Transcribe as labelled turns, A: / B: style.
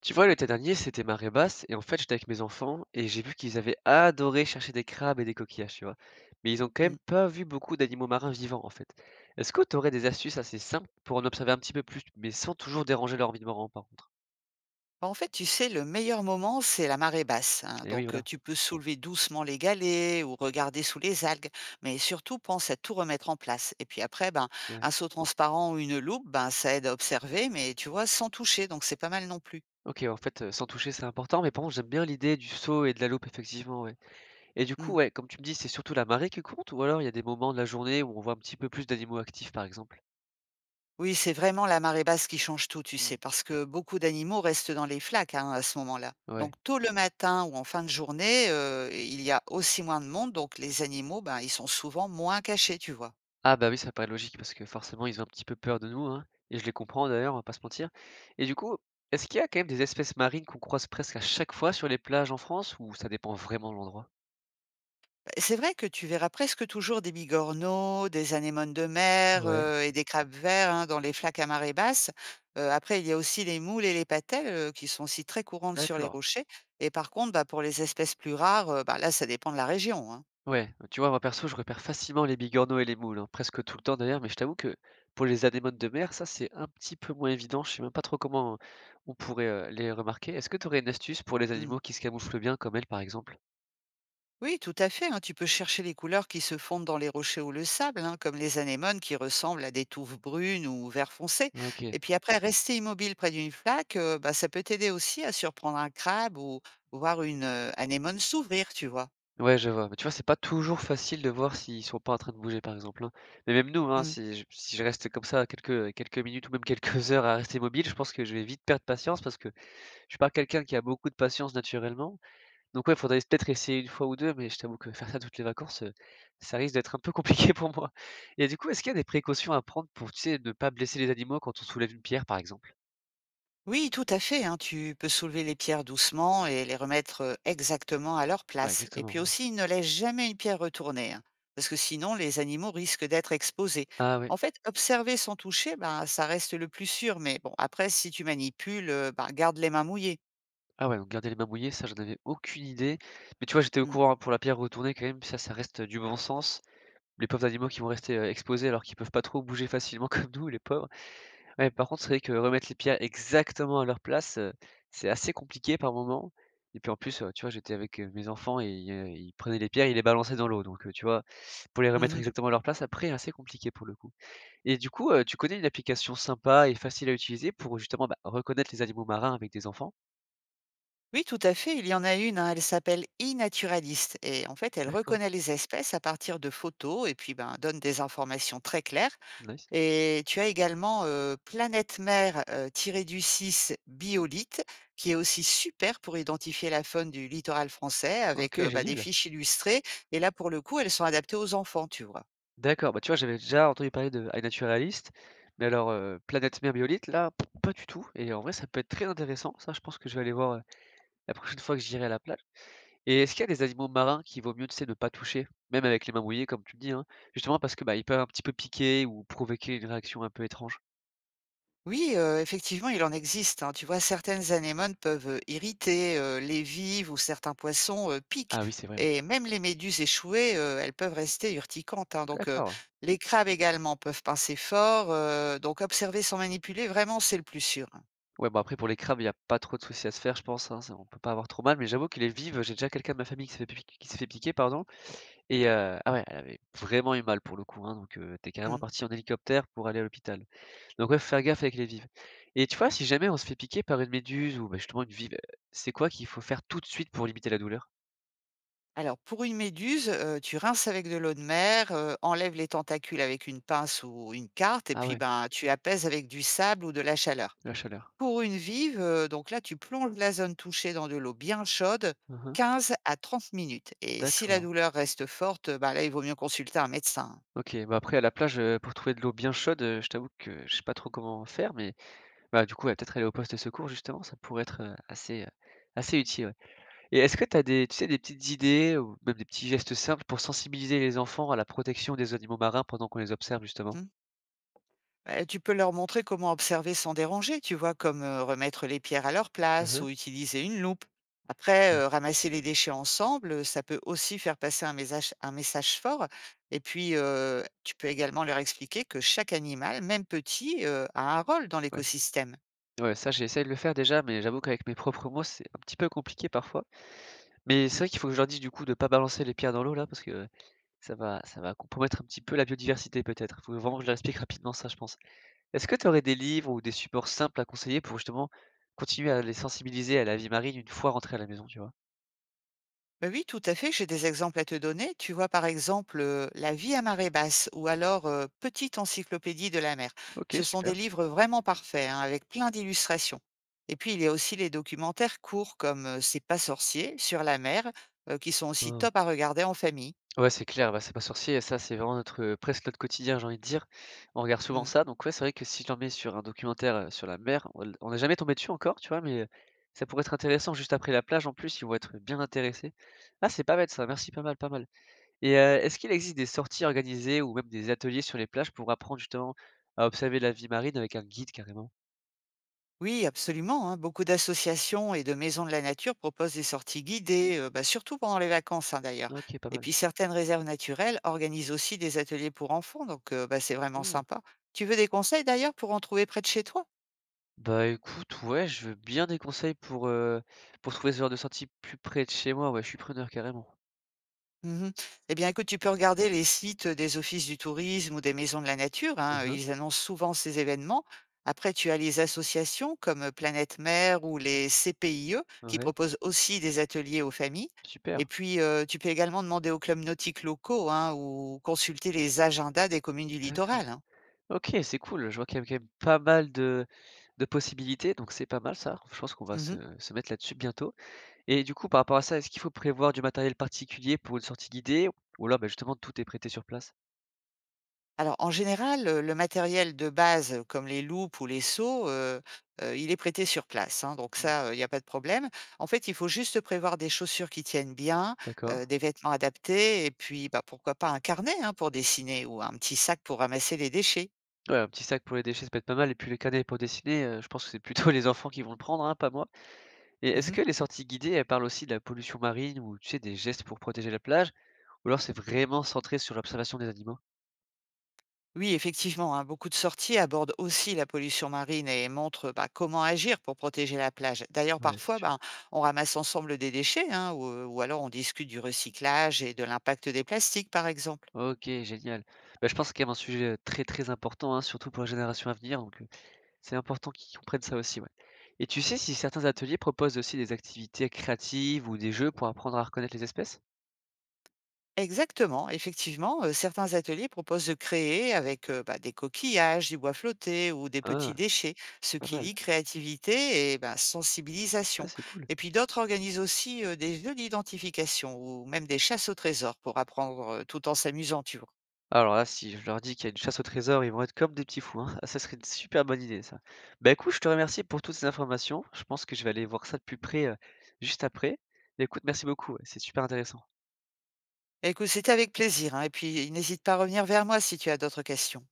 A: Tu vois, l'été dernier, c'était marée basse et en fait, j'étais avec mes enfants et j'ai vu qu'ils avaient adoré chercher des crabes et des coquillages, tu vois. Mais ils ont quand même
B: Mmh.
A: pas vu beaucoup d'animaux marins vivants, en fait. Est-ce que tu aurais des astuces assez simples pour en observer un petit peu plus, mais sans toujours déranger leur environnement, par contre?
B: Bah, en fait, tu sais, le meilleur moment, c'est la marée basse, hein,
A: Et oui,
B: donc
A: voilà.
B: tu peux soulever doucement les galets ou regarder sous les algues, mais surtout pense à tout remettre en place. Et puis après, ben,
A: Ouais.
B: un seau transparent ou une loupe, ben, ça aide à observer, mais tu vois, sans toucher, donc c'est pas mal non plus.
A: Ok, en fait, sans toucher, c'est important, mais par contre, j'aime bien l'idée du saut et de la loupe, effectivement, ouais. Et du coup,
B: Mmh.
A: ouais, comme tu me dis, c'est surtout la marée qui compte, ou alors il y a des moments de la journée où on voit un petit peu plus d'animaux actifs, par exemple.
B: Oui, c'est vraiment la marée basse qui change tout, tu sais,
A: Mm.
B: parce que beaucoup d'animaux restent dans les flaques, hein, à ce moment-là. Donc
A: Ouais.
B: tôt le matin ou en fin de journée, il y a aussi moins de monde, donc les animaux, ben, ils sont souvent moins cachés, tu vois.
A: Ah bah oui, ça paraît logique parce que forcément, ils ont un petit peu peur de nous, hein, et je les comprends d'ailleurs, on va pas se mentir. Et du coup, est-ce qu'il y a quand même des espèces marines qu'on croise presque à chaque fois sur les plages en France ou ça dépend vraiment de l'endroit?
B: Ben, c'est vrai que tu verras presque toujours des bigorneaux, des anémones de mer
A: Ouais.
B: et des crabes verts, hein, dans les flaques à marée basse. Après, il y a aussi les moules et les patelles qui sont aussi très courantes sur les
A: D'accord.
B: rochers. Et par contre, bah, pour les espèces plus rares, bah, là, ça dépend de la région, hein.
A: Ouais, tu vois, moi perso, je repère facilement les bigorneaux et les moules, hein, presque tout le temps d'ailleurs, mais je t'avoue que pour les anémones de mer, ça c'est un petit peu moins évident, je sais même pas trop comment on pourrait les remarquer. Est-ce que tu aurais une astuce pour les
B: Hmm.
A: animaux qui se camouflent bien comme elles par exemple?
B: Oui, tout à fait, hein. Tu peux chercher les couleurs qui se fondent dans les rochers ou le sable, hein, comme les anémones qui ressemblent à des touffes brunes ou vert foncé.
A: Ok.
B: Et puis après, rester immobile près d'une flaque, bah, ça peut t'aider aussi à surprendre un crabe ou voir une anémone s'ouvrir, tu vois.
A: Ouais, je vois. Mais tu vois, c'est pas toujours facile de voir s'ils sont pas en train de bouger, par exemple, hein. Mais même nous, hein, si je reste comme ça quelques minutes ou même quelques heures à rester mobile, je pense que je vais vite perdre patience parce que je suis pas quelqu'un qui a beaucoup de patience naturellement. Donc ouais, il faudrait peut-être essayer une fois ou 2. Mais je t'avoue que faire ça toutes les vacances, ça risque d'être un peu compliqué pour moi. Et du coup, est-ce qu'il y a des précautions à prendre pour, tu sais, ne pas blesser les animaux quand on soulève une pierre, par exemple?
B: Oui, tout à fait, hein. Tu peux soulever les pierres doucement et les remettre exactement à leur
A: Ouais,
B: place. Et
A: exactement,
B: puis
A: ouais.
B: aussi, ne laisse jamais une pierre retournée, hein, parce que sinon les animaux risquent d'être exposés.
A: Ah ouais.
B: En fait, observer sans toucher, ben, ça reste le plus sûr. Mais bon, après, si tu manipules, bah, garde les mains mouillées.
A: Ah ouais, donc garder les mains mouillées, ça, j'en avais aucune idée. Mais tu vois, j'étais au
B: Hmm.
A: courant hein, pour la pierre retournée quand même, ça reste du bon sens. Les pauvres animaux qui vont rester exposés alors qu'ils peuvent pas trop bouger facilement comme nous, les pauvres. Ouais, par contre, c'est vrai que remettre les pierres exactement à leur place, c'est assez compliqué par moment. Et puis en plus, tu vois, j'étais avec mes enfants et ils prenaient les pierres, ils les balançaient dans l'eau. Donc, tu vois, pour les remettre
B: Mhm.
A: exactement à leur place, après, c'est assez compliqué pour le coup. Et du coup, tu connais une application sympa et facile à utiliser pour justement bah, reconnaître les animaux marins avec des enfants?
B: Oui, tout à fait. Il y en a une, hein, elle s'appelle e-naturaliste. Et en fait, elle
A: D'accord,
B: reconnaît les espèces à partir de photos et puis, ben, donne des informations très claires.
A: nice.
B: Et tu as également, Planète Mer, tiré du 6 Biolite, qui est aussi super pour identifier la faune du littoral français avec,
A: OK,
B: bah, des
A: génial.
B: fiches illustrées, et là, pour le coup, elles sont adaptées aux enfants, tu vois?
A: D'accord, bah, tu vois, j'avais déjà entendu parler de iNaturalist, mais alors, Planète Mer Méolite, là, pas du tout et en vrai, ça peut être très intéressant, ça, je pense que je vais aller voir, la prochaine fois que j'irai à la plage et est-ce qu'il y a des animaux marins qui vaut mieux, tu sais, ne pas toucher? Même avec les mains mouillées, comme tu le dis, hein, justement parce que, bah, ils peuvent un petit peu piquer ou provoquer une réaction un peu étrange?
B: Oui, effectivement, il en existe, hein. Tu vois, certaines anémones peuvent, irriter, les vives ou certains poissons, piquent,
A: Ah oui, c'est vrai, ouais.
B: et même les méduses échouées, elles peuvent rester urticantes, hein, donc
A: D'accord.
B: les crabes également peuvent pincer fort, donc observer sans manipuler, vraiment, c'est le plus sûr, hein.
A: Ouais, bon après pour les crabes, il y a pas trop de soucis à se faire, je pense, hein, ça on peut pas avoir trop mal, mais j'avoue que les vives, j'ai déjà quelqu'un de ma famille qui s'est fait piq qui s'est fait piquer, pardon. Et ah ouais, elle avait vraiment eu mal pour le coup, hein, donc tu carrément
B: Mmh.
A: parti en hélicoptère pour aller à l'hôpital. Donc ouais, faut faire gaffe avec les vives et tu vois, si jamais on se fait piquer par une méduse ou bah, justement une vive, c'est quoi qu'il faut faire tout de suite pour limiter la douleur?
B: Alors pour une méduse, tu rinces avec de l'eau de mer, enlèves les tentacules avec une pince ou une carte et
A: Ah
B: puis,
A: ouais,
B: ben, tu apaises avec du sable ou de la chaleur.
A: la chaleur.
B: Pour une vive, donc là, tu plonges la zone touchée dans de l'eau bien chaude
A: Mmh.
B: 15 à 30 minutes, et si la
A: D'accord.
B: douleur reste forte, bah, là, il vaut mieux consulter un médecin.
A: OK, bah, après à la plage, pour trouver de l'eau bien chaude, je t'avoue que je sais pas trop comment faire mais bah, du coup, ouais, peut-être aller au poste de secours justement, ça pourrait être, assez, assez utile, ouais. Et est-ce que tu as des tu sais, des petites idées ou même des petits gestes simples pour sensibiliser les enfants à la protection des animaux marins pendant qu'on les observe justement?
B: Mmh. Bah, tu peux leur montrer comment observer sans déranger, tu vois, comme remettre les pierres à leur place
A: Mmh.
B: ou utiliser une loupe. Après,
A: Oui.
B: ramasser les déchets ensemble, ça peut aussi faire passer un message fort. Et puis, tu peux également leur expliquer que chaque animal, même petit, a un rôle dans
A: Ouais.
B: l'écosystème.
A: Ouais, ça j'essaie de le faire déjà, mais j'avoue qu'avec mes propres mots, c'est un petit peu compliqué parfois. Mais c'est
B: Mm.
A: vrai qu'il faut que je leur dise du coup de pas balancer les pierres dans l'eau là, parce que ça va compromettre un petit peu la biodiversité peut-être. Il faut vraiment que je leur explique rapidement ça, je pense. Est-ce que tu aurais des livres ou des supports simples à conseiller pour justement continuer à les sensibiliser à la vie marine une fois rentrés à la maison, tu vois?
B: Bah oui, tout à fait, j'ai des exemples à te donner. Tu vois, par exemple, La vie à marée basse, ou alors, Petite encyclopédie de la mer.
A: OK,
B: Ce sont
A: super.
B: des livres vraiment parfaits, hein, avec plein d'illustrations. Et puis, il y a aussi les documentaires courts comme, C'est pas sorcier, Sur la mer, qui sont
A: Ouais,
B: aussi
A: ouais.
B: top à regarder en famille.
A: Ouais, c'est clair, bah, c'est pas sorcier, ça c'est vraiment notre, presque notre quotidien, j'ai envie de dire. On regarde souvent
B: Mmh.
A: ça, donc ouais, c'est vrai que si j'en mets sur un documentaire, sur la mer, on n'est jamais tombé dessus encore, tu vois? Mais, ça pourrait être intéressant juste après la plage en plus, ils vont être bien intéressés. Ah, c'est pas bête ça, merci, pas mal, pas mal. Et est-ce qu'il existe des sorties organisées ou même des ateliers sur les plages pour apprendre justement à observer la vie marine avec un guide carrément?
B: Oui, absolument, hein. Beaucoup d'associations et de maisons de la nature proposent des sorties guidées, bah, surtout pendant les vacances, hein, d'ailleurs.
A: OK, pas
B: Et
A: mal.
B: puis certaines réserves naturelles organisent aussi des ateliers pour enfants, donc bah, c'est vraiment
A: Mmh.
B: sympa. Tu veux des conseils d'ailleurs pour en trouver près de chez toi?
A: Bah, écoute, ouais, je veux bien des conseils pour trouver ce genre de sortie plus près de chez moi, ouais, je suis preneur carrément.
B: Mmh. Eh bien, écoute, tu peux regarder les sites, des offices du tourisme ou des maisons de la nature, hein,
A: Mmh.
B: ils annoncent souvent ces événements. Après, tu as les associations comme Planète Mer ou les CPIE qui
A: Ouais,
B: proposent aussi des ateliers aux familles.
A: super,
B: Et puis, tu peux également demander aux clubs nautiques locaux, hein, ou consulter les agendas des communes du
A: d'accord.
B: littoral, hein.
A: OK, c'est cool. Je vois qu'il y a quand même pas mal de possibilités, donc c'est pas mal ça. Je pense qu'on va se
B: Mmh.
A: se mettre là-dessus bientôt et du coup, par rapport à ça, est-ce qu'il faut prévoir du matériel particulier pour une sortie guidée ou là, bah, justement tout est prêté sur place?
B: Alors en général, le matériel de base, comme les loupes ou les seaux, il est prêté sur place, hein, donc
A: Mmh,
B: ça, il n'y a pas de problème. En fait, il faut juste prévoir des chaussures qui tiennent bien,
A: d'accord.
B: des vêtements adaptés et puis, bah, pourquoi pas un carnet, hein, pour dessiner ou un petit sac pour ramasser les déchets.
A: Ouais, un petit sac pour les déchets, ça peut être pas mal et puis le carnet pour dessiner, je pense que c'est plutôt les enfants qui vont le prendre, hein, pas moi et est-ce
B: Mmh.
A: que les sorties guidées, elles parlent aussi de la pollution marine ou tu sais, des gestes pour protéger la plage ou alors c'est vraiment centré sur l'observation des animaux?
B: Oui, effectivement, hein, beaucoup de sorties abordent aussi la pollution marine et montrent, bah, comment agir pour protéger la plage. D'ailleurs,
A: Ouais, c'est
B: parfois,
A: sûr.
B: ben, on ramasse ensemble des déchets, hein, ou, alors on discute du recyclage et de l'impact des plastiques, par exemple.
A: OK, génial. Bah, je pense que c'est quand même un sujet, très, très important, hein, surtout pour la génération à venir, donc c'est important qu'ils comprennent ça aussi, ouais. Et tu sais si certains ateliers proposent aussi des activités créatives ou des jeux pour apprendre à reconnaître les espèces?
B: Exactement, effectivement, certains ateliers proposent de créer avec, bah, des coquillages, du bois flotté ou des
A: Ah,
B: petits déchets, ce
A: pas
B: qui
A: mal.
B: lie créativité et, bah,
A: Ah,
B: sensibilisation.
A: c'est cool.
B: Et puis d'autres organisent aussi, des jeux d'identification ou même des chasses au trésor pour apprendre, tout en s'amusant, tu vois?
A: Alors là, si je leur dis qu'il y a une chasse au trésor, ils vont être comme des petits fous, hein. Ah, ça serait une super bonne idée, ça. Bah, écoute, je te remercie pour toutes ces informations. Je pense que je vais aller voir ça de plus près, juste après. Mais écoute, merci beaucoup, ouais, c'est super intéressant.
B: Écoute, c'était avec plaisir, hein, et puis n'hésite pas à revenir vers moi si tu as d'autres questions.